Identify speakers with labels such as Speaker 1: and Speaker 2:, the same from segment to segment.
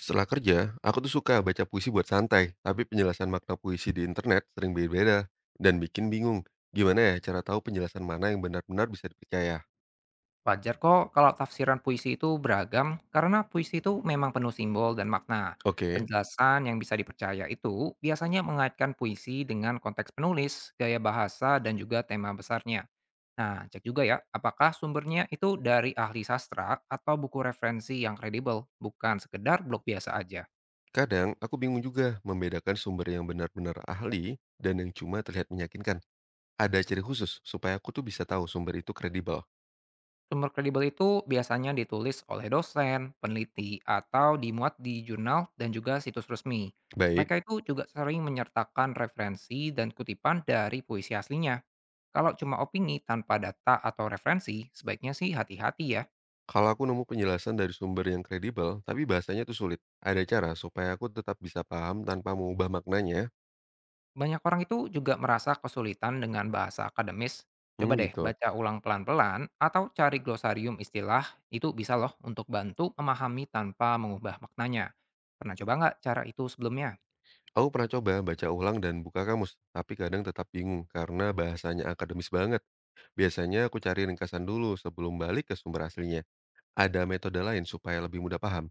Speaker 1: Setelah kerja, aku tuh suka baca puisi buat santai, tapi penjelasan makna puisi di internet sering berbeda dan bikin bingung. Gimana ya cara tahu penjelasan mana yang benar-benar bisa dipercaya?
Speaker 2: Wajar kok kalau tafsiran puisi itu beragam, karena puisi itu memang penuh simbol dan makna.
Speaker 1: Oke,
Speaker 2: Penjelasan yang bisa dipercaya itu biasanya mengaitkan puisi dengan konteks penulis, gaya bahasa, dan juga tema besarnya. Nah, cek juga ya, apakah sumbernya itu dari ahli sastra atau buku referensi yang kredibel, bukan sekedar blog biasa aja.
Speaker 1: kadang aku bingung juga membedakan sumber yang benar-benar ahli dan yang cuma terlihat meyakinkan. Ada ciri khusus supaya aku tuh bisa tahu sumber itu kredibel.
Speaker 2: Sumber kredibel itu biasanya ditulis oleh dosen, peneliti, atau dimuat di jurnal dan juga situs resmi.
Speaker 1: Baik,
Speaker 2: Mereka itu juga sering menyertakan referensi dan kutipan dari puisi aslinya. Kalau cuma opini tanpa data atau referensi, sebaiknya sih hati-hati ya.
Speaker 1: kalau aku nemu penjelasan dari sumber yang kredibel, tapi bahasanya tuh sulit. Ada cara supaya aku tetap bisa paham tanpa mengubah maknanya?
Speaker 2: Banyak orang itu juga merasa kesulitan dengan bahasa akademis. Coba
Speaker 1: Hmm,
Speaker 2: deh
Speaker 1: gitu.
Speaker 2: baca ulang pelan-pelan atau cari glosarium istilah, itu bisa loh untuk bantu memahami tanpa mengubah maknanya. Pernah coba nggak cara itu sebelumnya?
Speaker 1: Aku pernah coba baca ulang dan buka kamus, tapi kadang tetap bingung karena bahasanya akademis banget. Biasanya aku cari ringkasan dulu sebelum balik ke sumber aslinya. Ada metode lain supaya lebih mudah paham?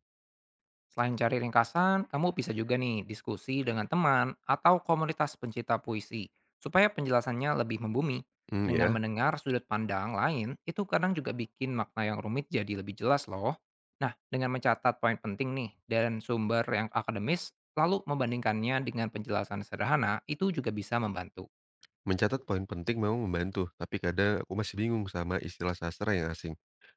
Speaker 2: Selain cari ringkasan, kamu bisa juga nih diskusi dengan teman atau komunitas pencinta puisi, supaya penjelasannya lebih membumi.
Speaker 1: Hmm,
Speaker 2: Dengan
Speaker 1: ya.
Speaker 2: mendengar sudut pandang lain, itu kadang juga bikin makna yang rumit jadi lebih jelas loh. Nah, dengan mencatat poin penting nih, dan sumber yang akademis, lalu membandingkannya dengan penjelasan sederhana, itu juga bisa membantu.
Speaker 1: Mencatat poin penting memang membantu, tapi kadang aku masih bingung sama istilah sastra yang asing.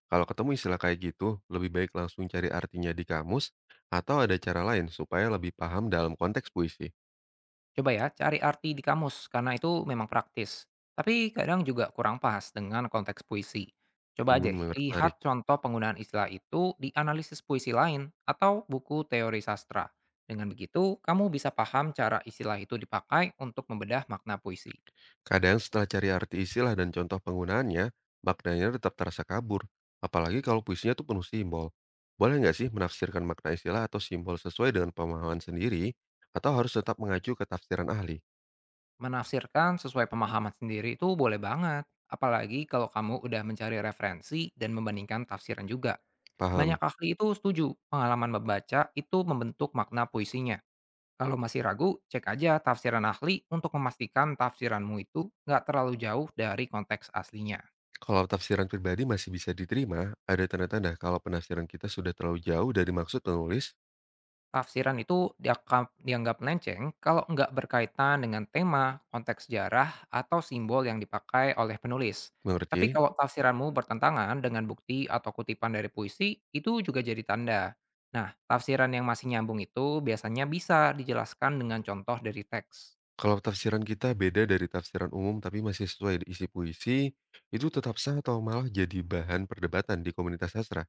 Speaker 1: Kalau ketemu istilah kayak gitu, lebih baik langsung cari artinya di kamus atau ada cara lain supaya lebih paham dalam konteks puisi.
Speaker 2: Coba ya, cari arti di kamus, karena itu memang praktis. Tapi kadang juga kurang pas dengan konteks puisi. Coba
Speaker 1: Hmm,
Speaker 2: aja lihat
Speaker 1: menarik.
Speaker 2: contoh penggunaan istilah itu di analisis puisi lain atau buku teori sastra. Dengan begitu, kamu bisa paham cara istilah itu dipakai untuk membedah makna puisi.
Speaker 1: Kadang setelah cari arti istilah dan contoh penggunaannya, maknanya tetap terasa kabur. Apalagi kalau puisinya tuh penuh simbol. Boleh nggak sih menafsirkan makna istilah atau simbol sesuai dengan pemahaman sendiri? Atau harus tetap mengacu ke tafsiran ahli?
Speaker 2: Menafsirkan sesuai pemahaman sendiri itu boleh banget, apalagi kalau kamu udah mencari referensi dan membandingkan tafsiran juga. Banyak
Speaker 1: Paham.
Speaker 2: ahli itu setuju, pengalaman membaca itu membentuk makna puisinya. Kalau masih ragu, cek aja tafsiran ahli untuk memastikan tafsiranmu itu nggak terlalu jauh dari konteks aslinya.
Speaker 1: Kalau tafsiran pribadi masih bisa diterima, ada tanda-tanda kalau penafsiran kita sudah terlalu jauh dari maksud penulis.
Speaker 2: Tafsiran itu dianggap melenceng kalau nggak berkaitan dengan tema, konteks sejarah, atau simbol yang dipakai oleh penulis. Tapi
Speaker 1: Mengerti?
Speaker 2: kalau tafsiranmu bertentangan dengan bukti atau kutipan dari puisi, itu juga jadi tanda. Nah, tafsiran yang masih nyambung itu biasanya bisa dijelaskan dengan contoh dari teks.
Speaker 1: Kalau tafsiran kita beda dari tafsiran umum tapi masih sesuai isi puisi, itu tetap sah atau malah jadi bahan perdebatan di komunitas sastra.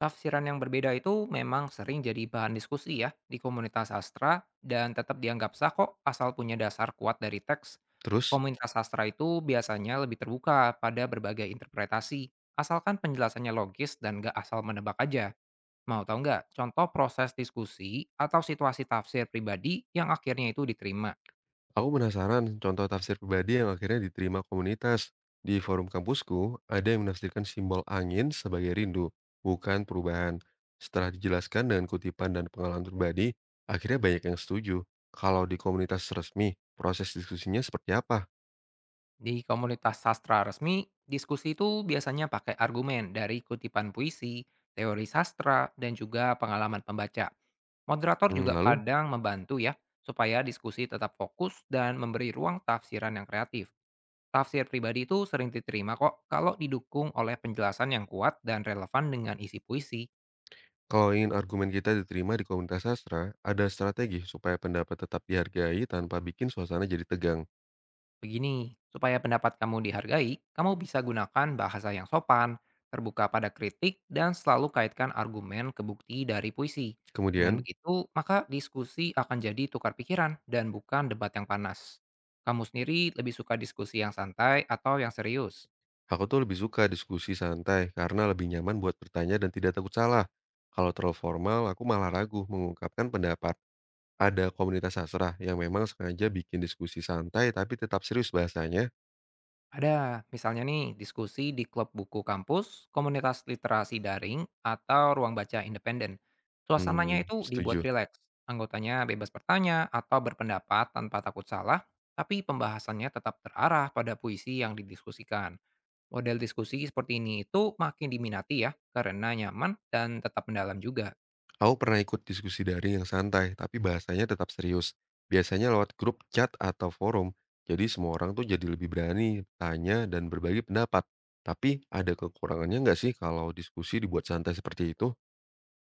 Speaker 2: Tafsiran yang berbeda itu memang sering jadi bahan diskusi ya di komunitas sastra dan tetap dianggap sah kok asal punya dasar kuat dari teks.
Speaker 1: Terus,
Speaker 2: Komunitas sastra itu biasanya lebih terbuka pada berbagai interpretasi, asalkan penjelasannya logis dan gak asal menebak aja. Mau tahu nggak contoh proses diskusi atau situasi tafsir pribadi yang akhirnya itu diterima?
Speaker 1: aku penasaran contoh tafsir pribadi yang akhirnya diterima komunitas. Di forum kampusku, ada yang menafsirkan simbol angin sebagai rindu, bukan perubahan. Setelah dijelaskan dengan kutipan dan pengalaman pribadi, akhirnya banyak yang setuju. Kalau di komunitas resmi, proses diskusinya seperti apa?
Speaker 2: Di komunitas sastra resmi, diskusi itu biasanya pakai argumen dari kutipan puisi, teori sastra, dan juga pengalaman pembaca. Moderator
Speaker 1: Hmm,
Speaker 2: juga
Speaker 1: lalu,
Speaker 2: kadang membantu ya, supaya diskusi tetap fokus dan memberi ruang tafsiran yang kreatif. Tafsir pribadi itu sering diterima kok kalau didukung oleh penjelasan yang kuat dan relevan dengan isi puisi.
Speaker 1: kalau ingin argumen kita diterima di komunitas sastra, ada strategi supaya pendapat tetap dihargai tanpa bikin suasana jadi tegang.
Speaker 2: Begini, supaya pendapat kamu dihargai, kamu bisa gunakan bahasa yang sopan, terbuka pada kritik, dan selalu kaitkan argumen ke bukti dari puisi. Dengan
Speaker 1: Kemudian,
Speaker 2: begitu, maka diskusi akan jadi tukar pikiran dan bukan debat yang panas. Kamu sendiri lebih suka diskusi yang santai atau yang serius?
Speaker 1: aku tuh lebih suka diskusi santai karena lebih nyaman buat bertanya dan tidak takut salah. Kalau terlalu formal, aku malah ragu mengungkapkan pendapat. Ada komunitas sastra yang memang sengaja bikin diskusi santai tapi tetap serius bahasanya.
Speaker 2: Ada, misalnya nih, diskusi di klub buku kampus, komunitas literasi daring, atau ruang baca independen.
Speaker 1: Hmm,
Speaker 2: Suasananya itu dibuat
Speaker 1: setuju.
Speaker 2: rileks. Anggotanya bebas bertanya atau berpendapat tanpa takut salah, tapi pembahasannya tetap terarah pada puisi yang didiskusikan. Model diskusi seperti ini itu makin diminati ya, karena nyaman dan tetap mendalam juga.
Speaker 1: Aku pernah ikut diskusi daring yang santai tapi bahasanya tetap serius. Biasanya lewat grup chat atau forum. Jadi semua orang tuh jadi lebih berani tanya dan berbagi pendapat. Tapi ada kekurangannya nggak sih kalau diskusi dibuat santai seperti itu?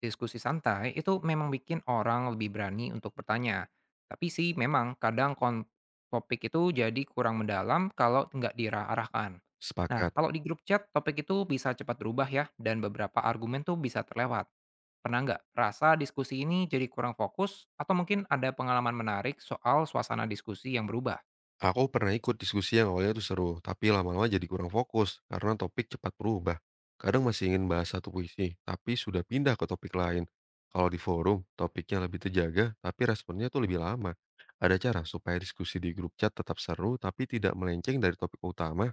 Speaker 2: Diskusi santai itu memang bikin orang lebih berani untuk bertanya. Tapi sih memang kadang topik itu jadi kurang mendalam kalau nggak diarahkan. Nah,
Speaker 1: Sepakat.
Speaker 2: kalau di grup chat, topik itu bisa cepat berubah ya, dan beberapa argumen tuh bisa terlewat. Pernah nggak rasa diskusi ini jadi kurang fokus, atau mungkin ada pengalaman menarik soal suasana diskusi yang berubah?
Speaker 1: Aku pernah ikut diskusi yang awalnya itu seru, tapi lama-lama jadi kurang fokus karena topik cepat berubah. Kadang masih ingin bahas satu puisi, tapi sudah pindah ke topik lain. Kalau di forum, topiknya lebih terjaga, tapi responnya tuh lebih lama. Ada cara supaya diskusi di grup chat tetap seru, tapi tidak melenceng dari topik utama?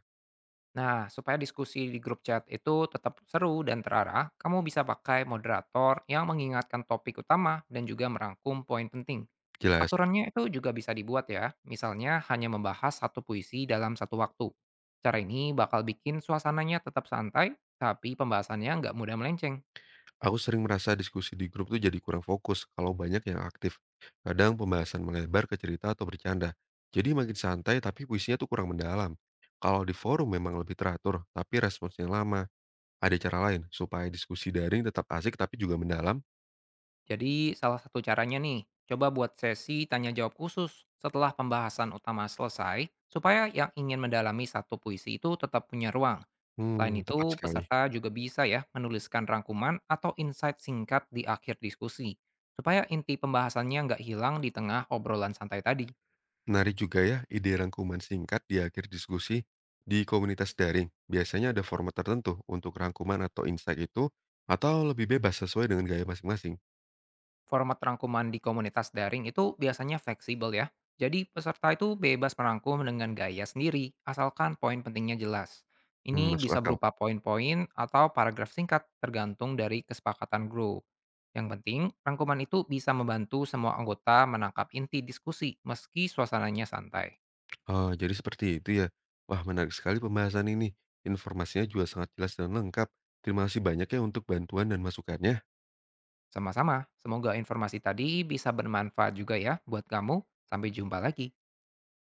Speaker 2: Nah, supaya diskusi di grup chat itu tetap seru dan terarah, kamu bisa pakai moderator yang mengingatkan topik utama dan juga merangkum poin penting.
Speaker 1: Jelas.
Speaker 2: Aturannya itu juga bisa dibuat ya, misalnya hanya membahas satu puisi dalam satu waktu. Cara ini bakal bikin suasananya tetap santai, tapi pembahasannya nggak mudah melenceng.
Speaker 1: Aku sering merasa diskusi di grup tuh jadi kurang fokus kalau banyak yang aktif. Kadang pembahasan melebar ke cerita atau bercanda. Jadi makin santai tapi puisinya tuh kurang mendalam. Kalau di forum memang lebih teratur, tapi responsnya lama. Ada cara lain supaya diskusi daring tetap asik tapi juga mendalam?
Speaker 2: Jadi salah satu caranya nih, coba buat sesi tanya jawab khusus setelah pembahasan utama selesai, supaya yang ingin mendalami satu puisi itu tetap punya ruang. Selain
Speaker 1: Hmm, tepat
Speaker 2: itu,
Speaker 1: sekali.
Speaker 2: peserta juga bisa ya menuliskan rangkuman atau insight singkat di akhir diskusi, supaya inti pembahasannya nggak hilang di tengah obrolan santai tadi.
Speaker 1: Menarik juga ya ide rangkuman singkat di akhir diskusi di komunitas daring. Biasanya ada format tertentu untuk rangkuman atau insight itu atau lebih bebas sesuai dengan gaya masing-masing.
Speaker 2: Format rangkuman di komunitas daring itu biasanya fleksibel ya. Jadi peserta itu bebas merangkum dengan gaya sendiri, asalkan poin pentingnya jelas.
Speaker 1: Hmm,
Speaker 2: Ini
Speaker 1: masuk
Speaker 2: bisa
Speaker 1: akal.
Speaker 2: berupa poin-poin atau paragraf singkat tergantung dari kesepakatan grup. Yang penting, rangkuman itu bisa membantu semua anggota menangkap inti diskusi meski suasananya santai.
Speaker 1: Oh, jadi seperti itu ya. Wah, menarik sekali pembahasan ini. Informasinya juga sangat jelas dan lengkap. Terima kasih banyak ya untuk bantuan dan masukannya.
Speaker 2: Sama-sama, semoga informasi tadi bisa bermanfaat juga ya buat kamu. Sampai jumpa lagi.